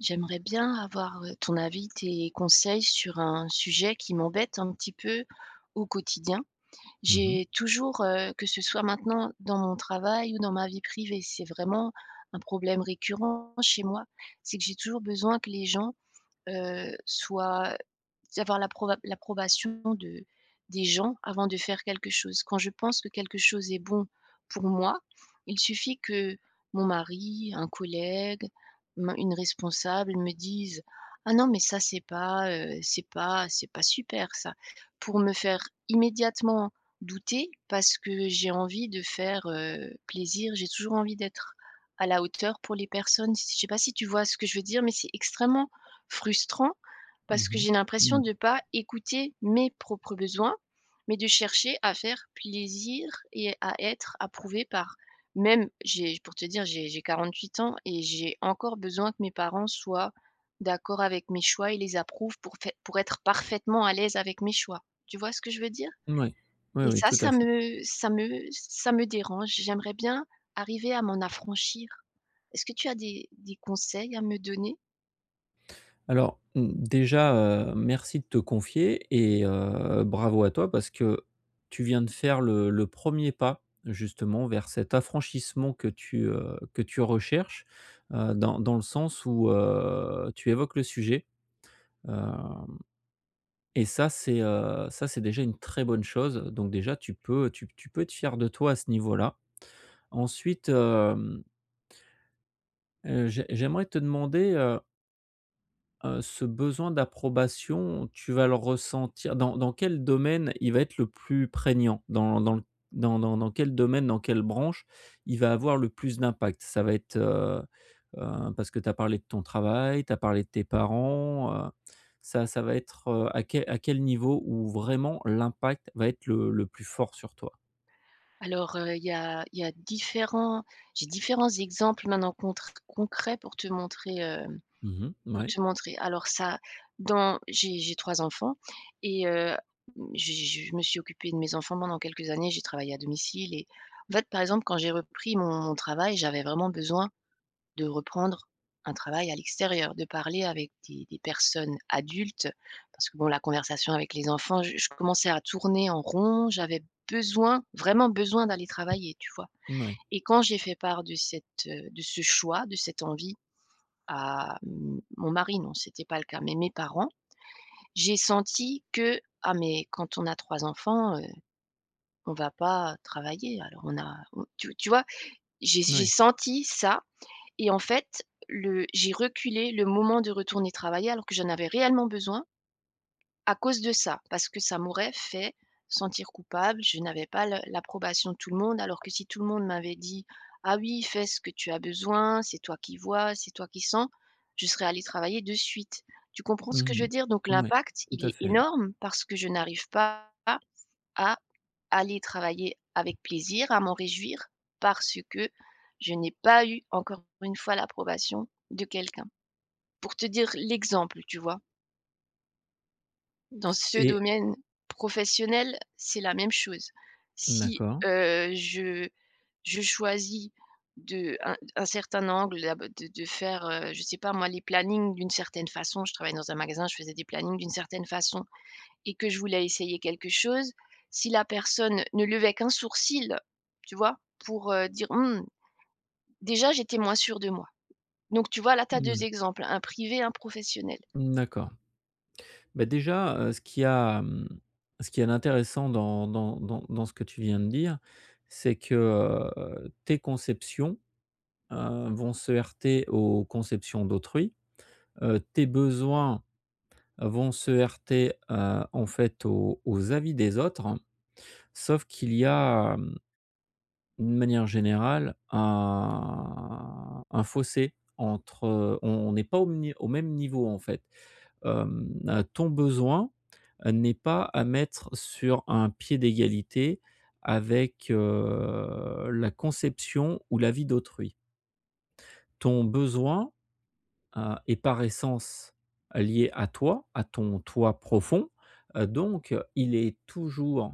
J'aimerais bien avoir, ton avis, tes conseils sur un sujet qui m'embête un petit peu au quotidien. Mmh mh. J'ai toujours, que ce soit maintenant dans mon travail ou dans ma vie privée, c'est vraiment un problème récurrent chez moi. C'est que j'ai toujours besoin que les gens soit d'avoir l'approbation de des gens avant de faire quelque chose. Quand je pense que quelque chose est bon pour moi, il suffit que mon mari, un collègue, me une responsable me dise: «Ah non, mais ça c'est pas, c'est pas super ça», pour me faire immédiatement douter parce que j'ai envie de faire, plaisir. J'ai toujours envie d'être à la hauteur pour les personnes. Si je sais pas si tu vois ce que je veux dire, mais c'est extrêmement frustrant Mmh parce que mh. j'ai l'impression Mmh. de pas écouter mes propres besoins, mais de chercher à faire plaisir et à être approuvée par même j'ai pour te dire, j'ai 48 ans et j'ai encore besoin que mes parents soient d'accord avec mes choix et les approuvent pour fai pour être parfaitement à l'aise avec mes choix. Tu vois ce que je veux dire? Mouais. Oui, Et oui, ça, tout à fait. Ça me dérange. J'aimerais bien arriver à m'en affranchir. Est-ce que tu as des conseils à me donner? Alors, mmh, déjà, merci de te confier et bravo à toi parce que tu viens de faire le 1er pas justement vers cet affranchissement que que tu recherches, dans le sens où, tu évoques le sujet, heu et ça c'est déjà une très bonne chose, donc déjà tu peux tu peux être fier de toi à ce niveau-là. Ensuite, j'aimerais te demander, ce besoin d'approbation, tu vas le ressentir dans quel domaine il va être le plus prégnant? Dans quel domaine, dans quelle branche il va avoir le plus d'impact? Ça va être, parce que tu as parlé de ton travail, tu as parlé de tes parents, ça va être, à quel niveau où vraiment l'impact va être le plus fort sur toi? Alors, il y a différents j'ai différents exemples maintenant contre concrets pour te montrer, Mmh mh. pour Mouais, te montrer. Alors ça, dans j'ai 3 enfants et je me suis occupée de mes enfants pendant quelques années, j'ai travaillé à domicile et en fait, par exemple, quand j'ai repris mon travail, j'avais vraiment besoin de reprendre un travail à l'extérieur, de parler avec des personnes adultes. Parce que bon, la conversation avec les enfants, je commençais à tourner en rond, j'avais besoin, vraiment besoin d'aller travailler, tu vois? mouais, Et quand j'ai fait part de cette, de ce choix, de cette envie à m mon mari, non, c'était pas le cas, mais mes parents, j'ai senti que: «Ah mais quand on a 3 enfants, on va pas travailler, alors on a» on tu vois? J'ai ouais. senti ça et en fait, le j'ai reculé le moment de retourner travailler alors que j'en avais réellement besoin à cause de ça, parce que ça m'aurait fait sentir coupable. Je n'avais pas le l'approbation de tout le monde, alors que si tout le monde m'avait dit: «Ah oui, fais ce que tu as besoin, c'est toi qui vois, c'est toi qui sens», je serais allée travailler de suite. Tu comprends ce que je Mmh veux dire? Donc mh. Ouais, l'impact, tout il à est fait énorme parce que je n'arrive pas à aller travailler avec plaisir, à m'en réjouir parce que je n'ai pas eu encore une fois l'approbation de quelqu'un. Pour te dire l'exemple, tu vois, dans ce et domaine professionnel, c'est la même chose. Si d'accord. Je choisis un certain angle, de faire, je sais pas moi, les plannings d'une certaine façon, je travaille dans un magasin, je faisais des plannings d'une certaine façon, et que je voulais essayer quelque chose, si la personne ne levait qu'un sourcil, tu vois? Pour, dire: «Mmh», déjà j'étais moins sûre de moi. Donc tu vois, là, tu as 2 Mouais, exemples, un privé, un professionnel. d'accord. Bah, déjà, ce qui a, ce qui est intéressant dans ce que tu viens de dire, c'est que, tes conceptions, vont se heurter aux conceptions d'autrui. Tes besoins vont se heurter, en fait aux avis des autres. Sauf qu'il y a, d'une manière générale, un fossé entre on n'est pas au ni au même niveau, en fait. Ton besoin n'est pas à mettre sur un pied d'égalité avec, la conception ou l'avis d'autrui. Ton besoin, est par essence lié à toi, à ton toi profond, donc il est toujours,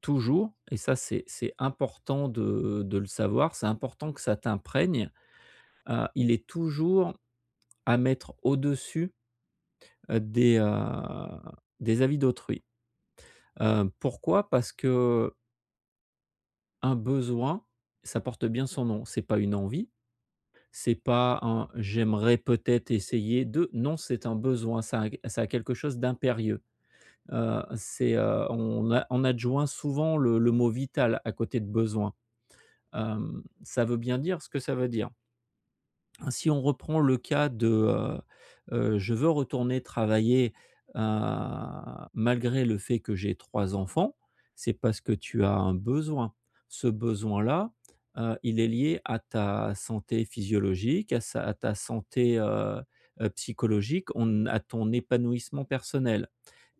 toujours, et ça c'est important de le savoir, c'est important que ça t'imprègne, il est toujours à mettre au-dessus, heu, des, heu, des avis d'autrui. Pourquoi? Parce que un besoin, ça porte bien son nom. C'est pas une envie, c'est pas un «j'aimerais peut-être essayer de». Non, c'est un besoin, ça a quelque chose d'impérieux. C'est, on a on adjoint souvent le mot «vital» à côté de «besoin». Ça veut bien dire ce que ça veut dire. Si on reprend le cas de, je veux retourner travailler, heu, malgré le fait que j'ai 3 enfants, c'est parce que tu as un besoin. Ce besoin-là, il est lié à ta santé physiologique, à sa à ta santé, psychologique, on à ton épanouissement personnel.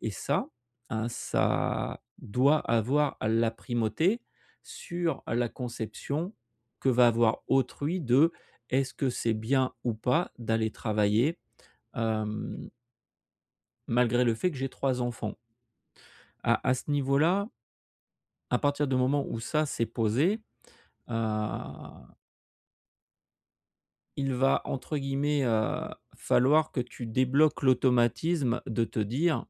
Et ça, hein, ça doit avoir la primauté sur la conception que va avoir autrui de: est-ce que c'est bien ou pas d'aller travailler, hem, malgré le fait que j'ai 3 enfants? À ce niveau-là, à partir du moment où ça s'est posé, heu, il va, entre guillemets, falloir que tu débloques l'automatisme de te dire: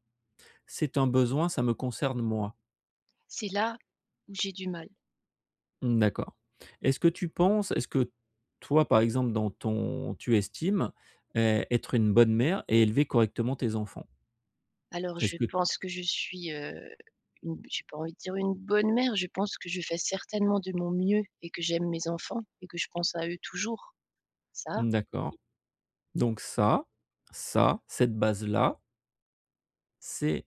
«C'est un besoin, ça me concerne moi». C'est là où j'ai du mal. Mmh, d'accord. Est-ce que tu penses, est-ce que toi, par exemple, dans ton tu estimes, être une bonne mère et élever correctement tes enfants? Alors Est-ce je que pense que je suis, une j'ai pas envie de dire une bonne mère, je pense que je fais certainement de mon mieux et que j'aime mes enfants et que je pense à eux toujours. Ça, Mmh, d'accord. Donc ça, cette base-là, c'est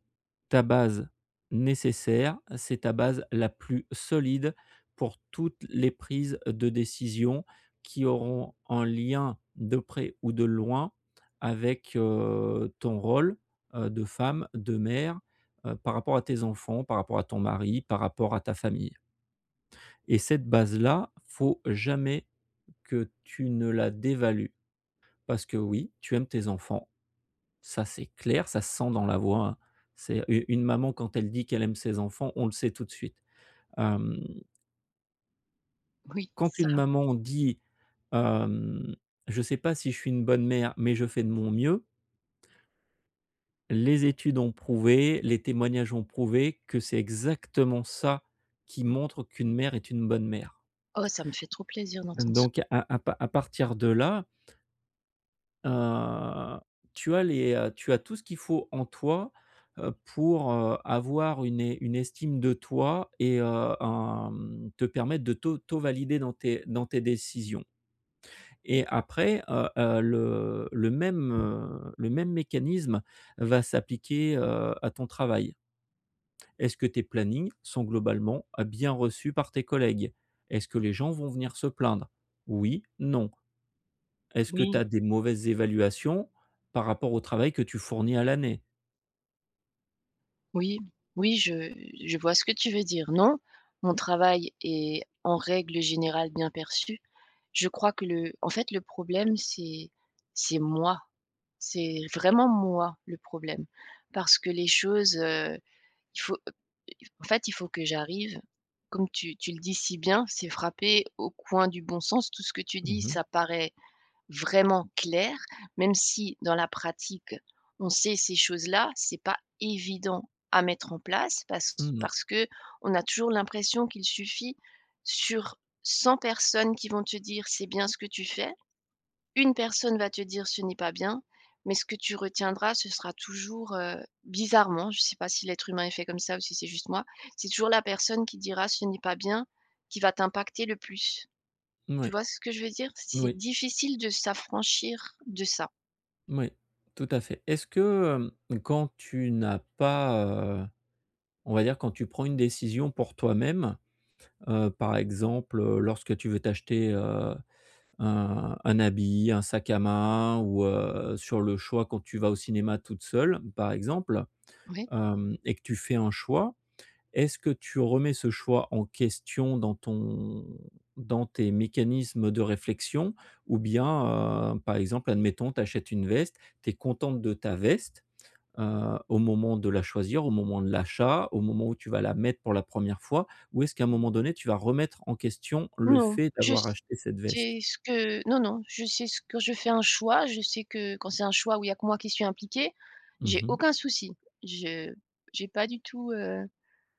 ta base nécessaire, c'est ta base la plus solide pour toutes les prises de décision qui auront un lien de près ou de loin avec, ton rôle, de femme, de mère, par rapport à tes enfants, par rapport à ton mari, par rapport à ta famille, et cette base-là, faut jamais que tu ne la dévalues, parce que oui, tu aimes tes enfants, ça, c'est clair, ça se sent dans la voix, hein. C'est u une maman quand elle dit qu'elle aime ses enfants, on le sait tout de suite. Hem, oui, Quand ça. une maman dit, hem: «Je sais pas si je suis une bonne mère, mais je fais de mon mieux», les études ont prouvé, les témoignages ont prouvé que c'est exactement ça qui montre qu'une mère est une bonne mère. Oh, ça me fait trop plaisir d'entendre ça. Donc à partir de là, Heu, tu as tu as tout ce qu'il faut en toi, pour, avoir une estime de toi, et te permettre de t'auto-valider dans tes décisions, et après, le même mécanisme va s'appliquer, à ton travail. Est-ce que tes plannings sont globalement, bien reçus par tes collègues? Est-ce que les gens vont venir se plaindre? Oui, non. Est-ce que tu Oui. as des mauvaises évaluations par rapport au travail que tu fournis à l'année? Oui, oui, je vois ce que tu veux dire. Non, mon travail est en règle générale bien perçu. Je crois que le en fait, le problème, c'est moi. C'est vraiment moi le problème parce que les choses, il faut, en fait, il faut que j'arrive, comme tu le dis si bien, c'est frappé au coin du bon sens. Tout ce que tu Mmh dis, mh. ça paraît vraiment clair, même si dans la pratique, on sait ces choses-là, c'est pas évident à mettre en place Mmh, parce que on a toujours l'impression qu'il suffit sur 100 personnes qui vont te dire: «C'est bien ce que tu fais», une personne va te dire: «Ce n'est pas bien», mais ce que tu retiendras, ce sera toujours, bizarrement, je sais pas si l'être humain est fait comme ça ou si c'est juste moi, c'est toujours la personne qui dira: «Ce n'est pas bien», qui va t'impacter le plus. Tu vois ce que je veux dire? C'est oui, difficile de s'affranchir de ça. oui, tout à fait. Est-ce que, quand tu n'as pas, on va dire quand tu prends une décision pour toi-même, par exemple, lorsque tu veux t'acheter, un habit, un sac à main, ou, sur le choix quand tu vas au cinéma toute seule, par exemple, Oui. Et que tu fais un choix, est-ce que tu remets ce choix en question dans ton dans tes mécanismes de réflexion? Ou bien, par exemple, admettons, tu achètes une veste, tu es contente de ta veste, au moment de la choisir, au moment de l'achat, au moment où tu vas la mettre pour la première fois? Ou est-ce qu'à un moment donné, tu vas remettre en question le Non, fait je d'avoir acheté cette veste? sais ce que non, non, je sais ce que je fais un choix, je sais que quand c'est un choix où il y a que moi qui suis impliquée, Mmh j'ai mh. aucun souci. Je j'ai pas du tout,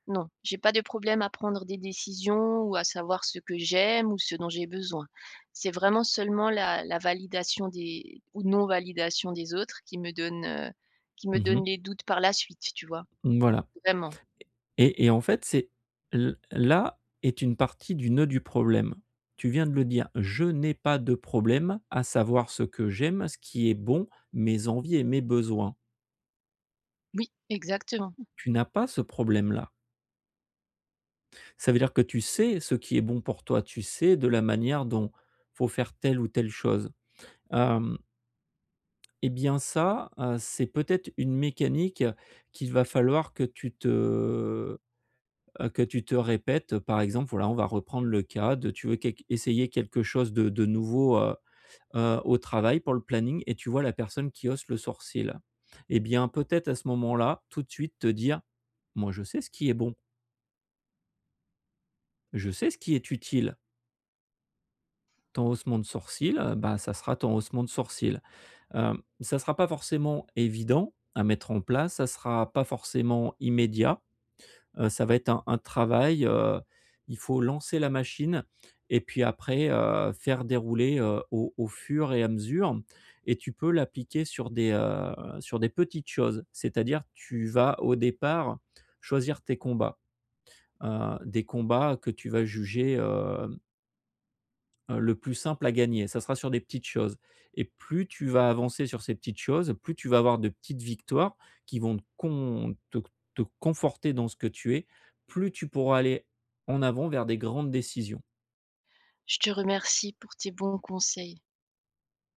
non, j'ai pas de problème à prendre des décisions ou à savoir ce que j'aime ou ce dont j'ai besoin. C'est vraiment seulement la validation des ou non validation des autres qui me donne Mmh. les doutes par la suite, tu vois? Voilà. Vraiment. Et en fait, c'est l là est une partie du nœud du problème. Tu viens de le dire, je n'ai pas de problème à savoir ce que j'aime, ce qui est bon, mes envies et mes besoins. Oui, exactement. Tu n'as pas ce problème-là. Ça veut dire que tu sais ce qui est bon pour toi, tu sais de la manière dont faut faire telle ou telle chose. Hem et bien ça, c'est peut-être une mécanique qu'il va falloir que tu te répètes. Euh, par exemple, voilà, on va reprendre le cas de: tu veux quelque essayer quelque chose de nouveau, au travail pour le planning, et tu vois la personne qui hausse le sourcil. Eh bien, peut-être à ce moment-là, tout de suite te dire: «Moi, je sais ce qui est bon, je sais ce qui est utile». Ton haussement de sourcil, bah, ça sera ton haussement de sourcil. Ça sera pas forcément évident à mettre en place, ça sera pas forcément immédiat. Ça va être un travail, il faut lancer la machine et puis après, faire dérouler, au fur et à mesure, et tu peux l'appliquer sur sur des petites choses. C'est-à-dire, tu vas au départ choisir tes combats, des combats que tu vas juger, le plus simple à gagner. Ça sera sur des petites choses, et plus tu vas avancer sur ces petites choses, plus tu vas avoir de petites victoires qui vont te conforter dans ce que tu es, plus tu pourras aller en avant vers des grandes décisions. Je te remercie pour tes bons conseils.